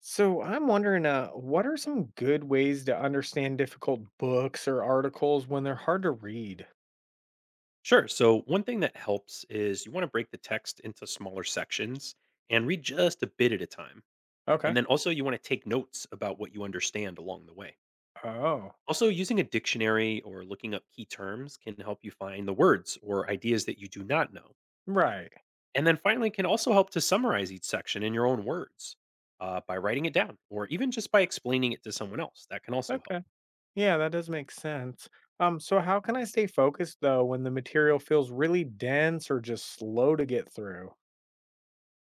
So I'm wondering, what are some good ways to understand difficult books or articles when they're hard to read? Sure. So, one thing that helps is you want to break the text into smaller sections and read just a bit at a time. And Okay. then also, you want to take notes about what you understand along the way. Oh, Also, using a dictionary or looking up key terms can help you find the words or ideas that you do not know. right. And then finally, can also help to summarize each section in your own words by writing it down or even just by explaining it to someone else. That can also help. Okay. Yeah, that does make sense. So how can I stay focused though when the material feels really dense or just slow to get through?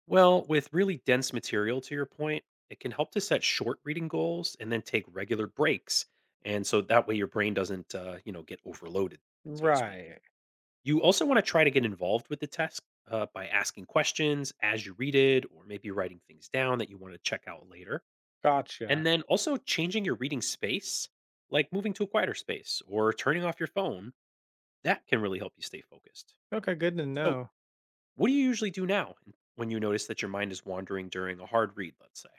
Well, with really dense material, to your point, it can help to set short reading goals and then take regular breaks. And so that way your brain doesn't, get overloaded, so to speak. Right. You also want to try to get involved with the test by asking questions as you read it, or maybe writing things down that you want to check out later. And Gotcha. then also changing your reading space, like moving to a quieter space or turning off your phone, that can really help you stay focused. Okay, good to So, know. what do you usually do now when you notice that your mind is wandering during a hard read, let's say?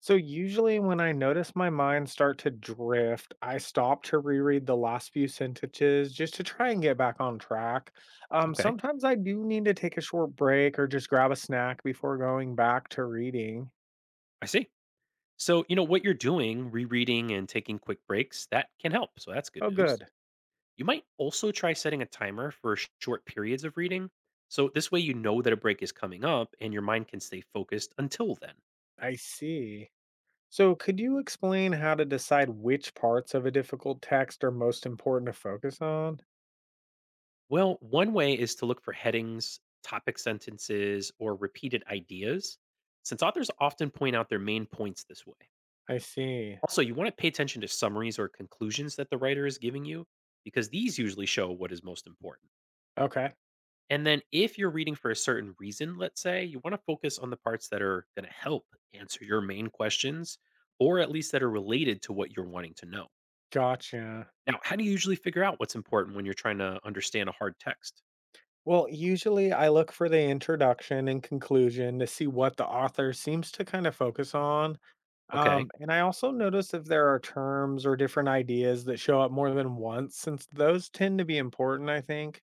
So usually when I notice my mind start to drift, I stop to reread the last few sentences just to try and get back on track. Okay, Sometimes I do need to take a short break or just grab a snack before going back to reading. I see. So, what you're doing, rereading and taking quick breaks, that can help. So, that's good Oh, news. good. You might also try setting a timer for short periods of reading. So, this way you know that a break is coming up and your mind can stay focused until then. I see. So could you explain how to decide which parts of a difficult text are most important to focus on? Well, one way is to look for headings, topic sentences, or repeated ideas, since authors often point out their main points this way. I see. Also, you want to pay attention to summaries or conclusions that the writer is giving you, because these usually show what is most important. Okay. And then if you're reading for a certain reason, let's say, you want to focus on the parts that are going to help answer your main questions or at least that are related to what you're wanting to know. Gotcha. Now, how do you usually figure out what's important when you're trying to understand a hard text? Well, usually I look for the introduction and conclusion to see what the author seems to kind of focus on. Okay, And I also notice if there are terms or different ideas that show up more than once, since those tend to be important, I think.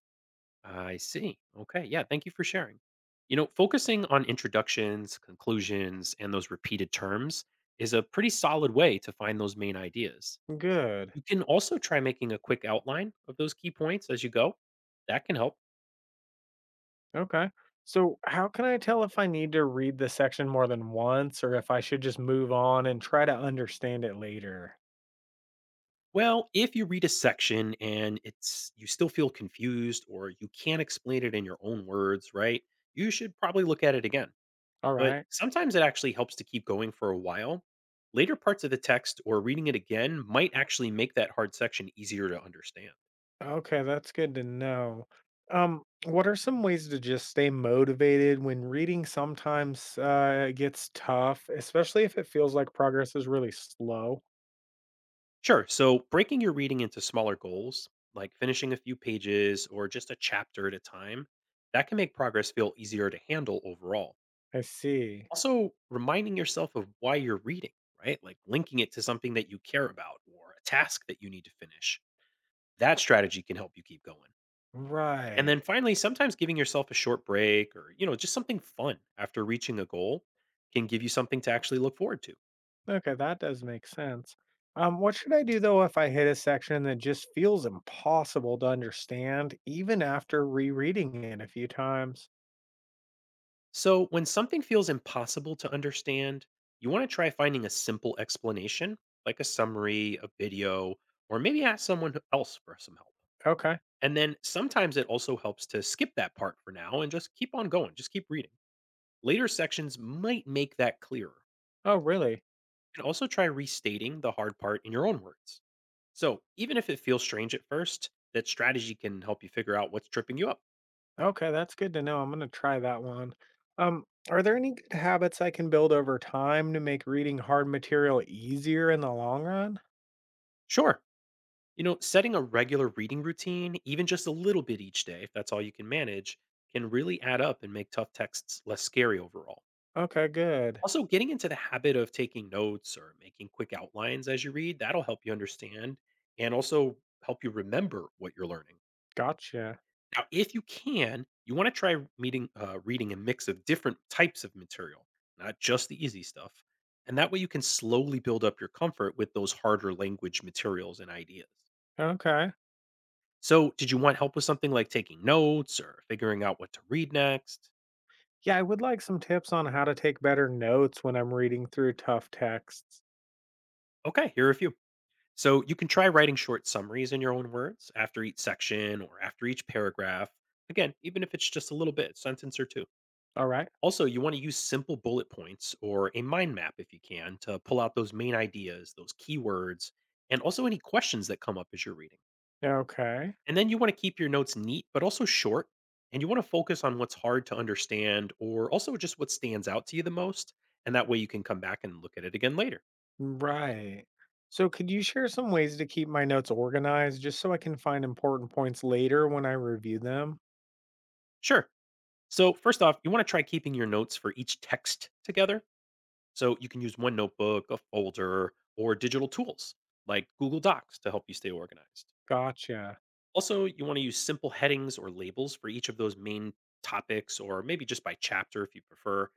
I see. Okay, yeah, thank you for sharing. You know, focusing on introductions, conclusions, and those repeated terms is a pretty solid way to find those main ideas. Good. You can also try making a quick outline of those key points as you go. That can help. Okay. So, how can I tell if I need to read the section more than once or if I should just move on and try to understand it later? Well, if you read a section and it's you still feel confused or you can't explain it in your own words, right? You should probably look at it again. All But right. sometimes it actually helps to keep going for a while. Later parts of the text or reading it again might actually make that hard section easier to understand. Okay, that's good to know. What are some ways to just stay motivated when reading sometimes gets tough, especially if it feels like progress is really slow? Sure. So, breaking your reading into smaller goals, like finishing a few pages or just a chapter at a time, that can make progress feel easier to handle overall. I see. Also, reminding yourself of why you're reading, right? Like linking it to something that you care about or a task that you need to finish. That strategy can help you keep going. And then Right. finally, sometimes giving yourself a short break or, just something fun after reaching a goal can give you something to actually look forward to. Okay, that does make sense. What should I do though if I hit a section that just feels impossible to understand, even after rereading it a few times? So, when something feels impossible to understand, you want to try finding a simple explanation, like a summary, a video, or maybe ask someone else for some help. Okay. And then sometimes it also helps to skip that part for now and just keep on going, just keep reading. Later sections might make that clearer. Oh, really? And also try restating the hard part in your own words. So, even if it feels strange at first, that strategy can help you figure out what's tripping you up. Okay, that's good to know. I'm gonna try that one. Um, are there any good habits I can build over time to make reading hard material easier in the long run? Sure, setting a regular reading routine, even just a little bit each day, if that's all you can manage, can really add up and make tough texts less scary overall. Okay, good. Also, getting into the habit of taking notes or making quick outlines as you read, that'll help you understand and also help you remember what you're learning. Gotcha. Now, if you can, you want to try meeting, reading a mix of different types of material, not just the easy stuff. And that way you can slowly build up your comfort with those harder language materials and ideas. Okay. So, did you want help with something like taking notes or figuring out what to read next? Yeah, I would like some tips on how to take better notes when I'm reading through tough texts. Okay, here are a few. So you can try writing short summaries in your own words after each section or after each paragraph. Again, even if it's just a little bit, sentence or two. All right. Also, you want to use simple bullet points or a mind map if you can to pull out those main ideas, those keywords, and also any questions that come up as you're reading. Okay. And then you want to keep your notes neat, but also short. And you want to focus on what's hard to understand or also just what stands out to you the most. And that way you can come back and look at it again later. Right. So, could you share some ways to keep my notes organized just so I can find important points later when I review them? Sure. So, first off, you want to try keeping your notes for each text together. So, you can use one notebook, a folder, or digital tools like Google Docs to help you stay organized. Gotcha. Also, you want to use simple headings or labels for each of those main topics, or maybe just by chapter if you prefer.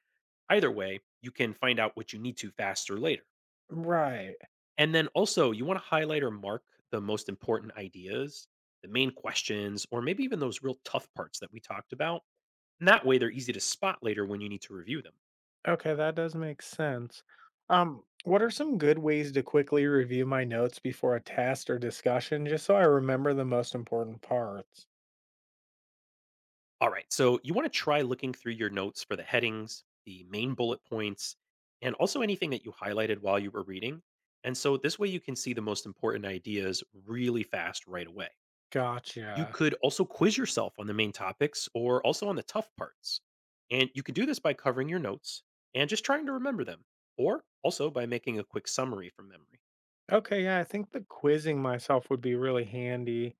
Either way, you can find out what you need to faster later. Right. And then also, you want to highlight or mark the most important ideas, the main questions, or maybe even those real tough parts that we talked about. And that way, they're easy to spot later when you need to review them. Okay, that does make sense. What are some good ways to quickly review my notes before a test or discussion just so I remember the most important parts? All right. So you want to try looking through your notes for the headings, the main bullet points, and also anything that you highlighted while you were reading. And so this way you can see the most important ideas really fast right away. You Gotcha. could also quiz yourself on the main topics or also on the tough parts. And you can do this by covering your notes and just trying to remember them, or also by making a quick summary from memory. Okay, yeah, I think the quizzing myself would be really handy.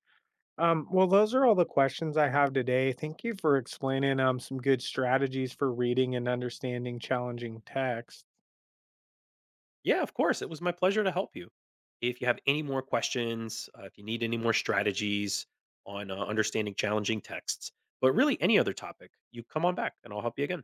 Well, those are all the questions I have today. Thank you for explaining some good strategies for reading and understanding challenging text. Yeah, of course. It was my pleasure to help you. If you have any more questions, if you need any more strategies on understanding challenging texts, but really any other topic, you come on back and I'll help you again.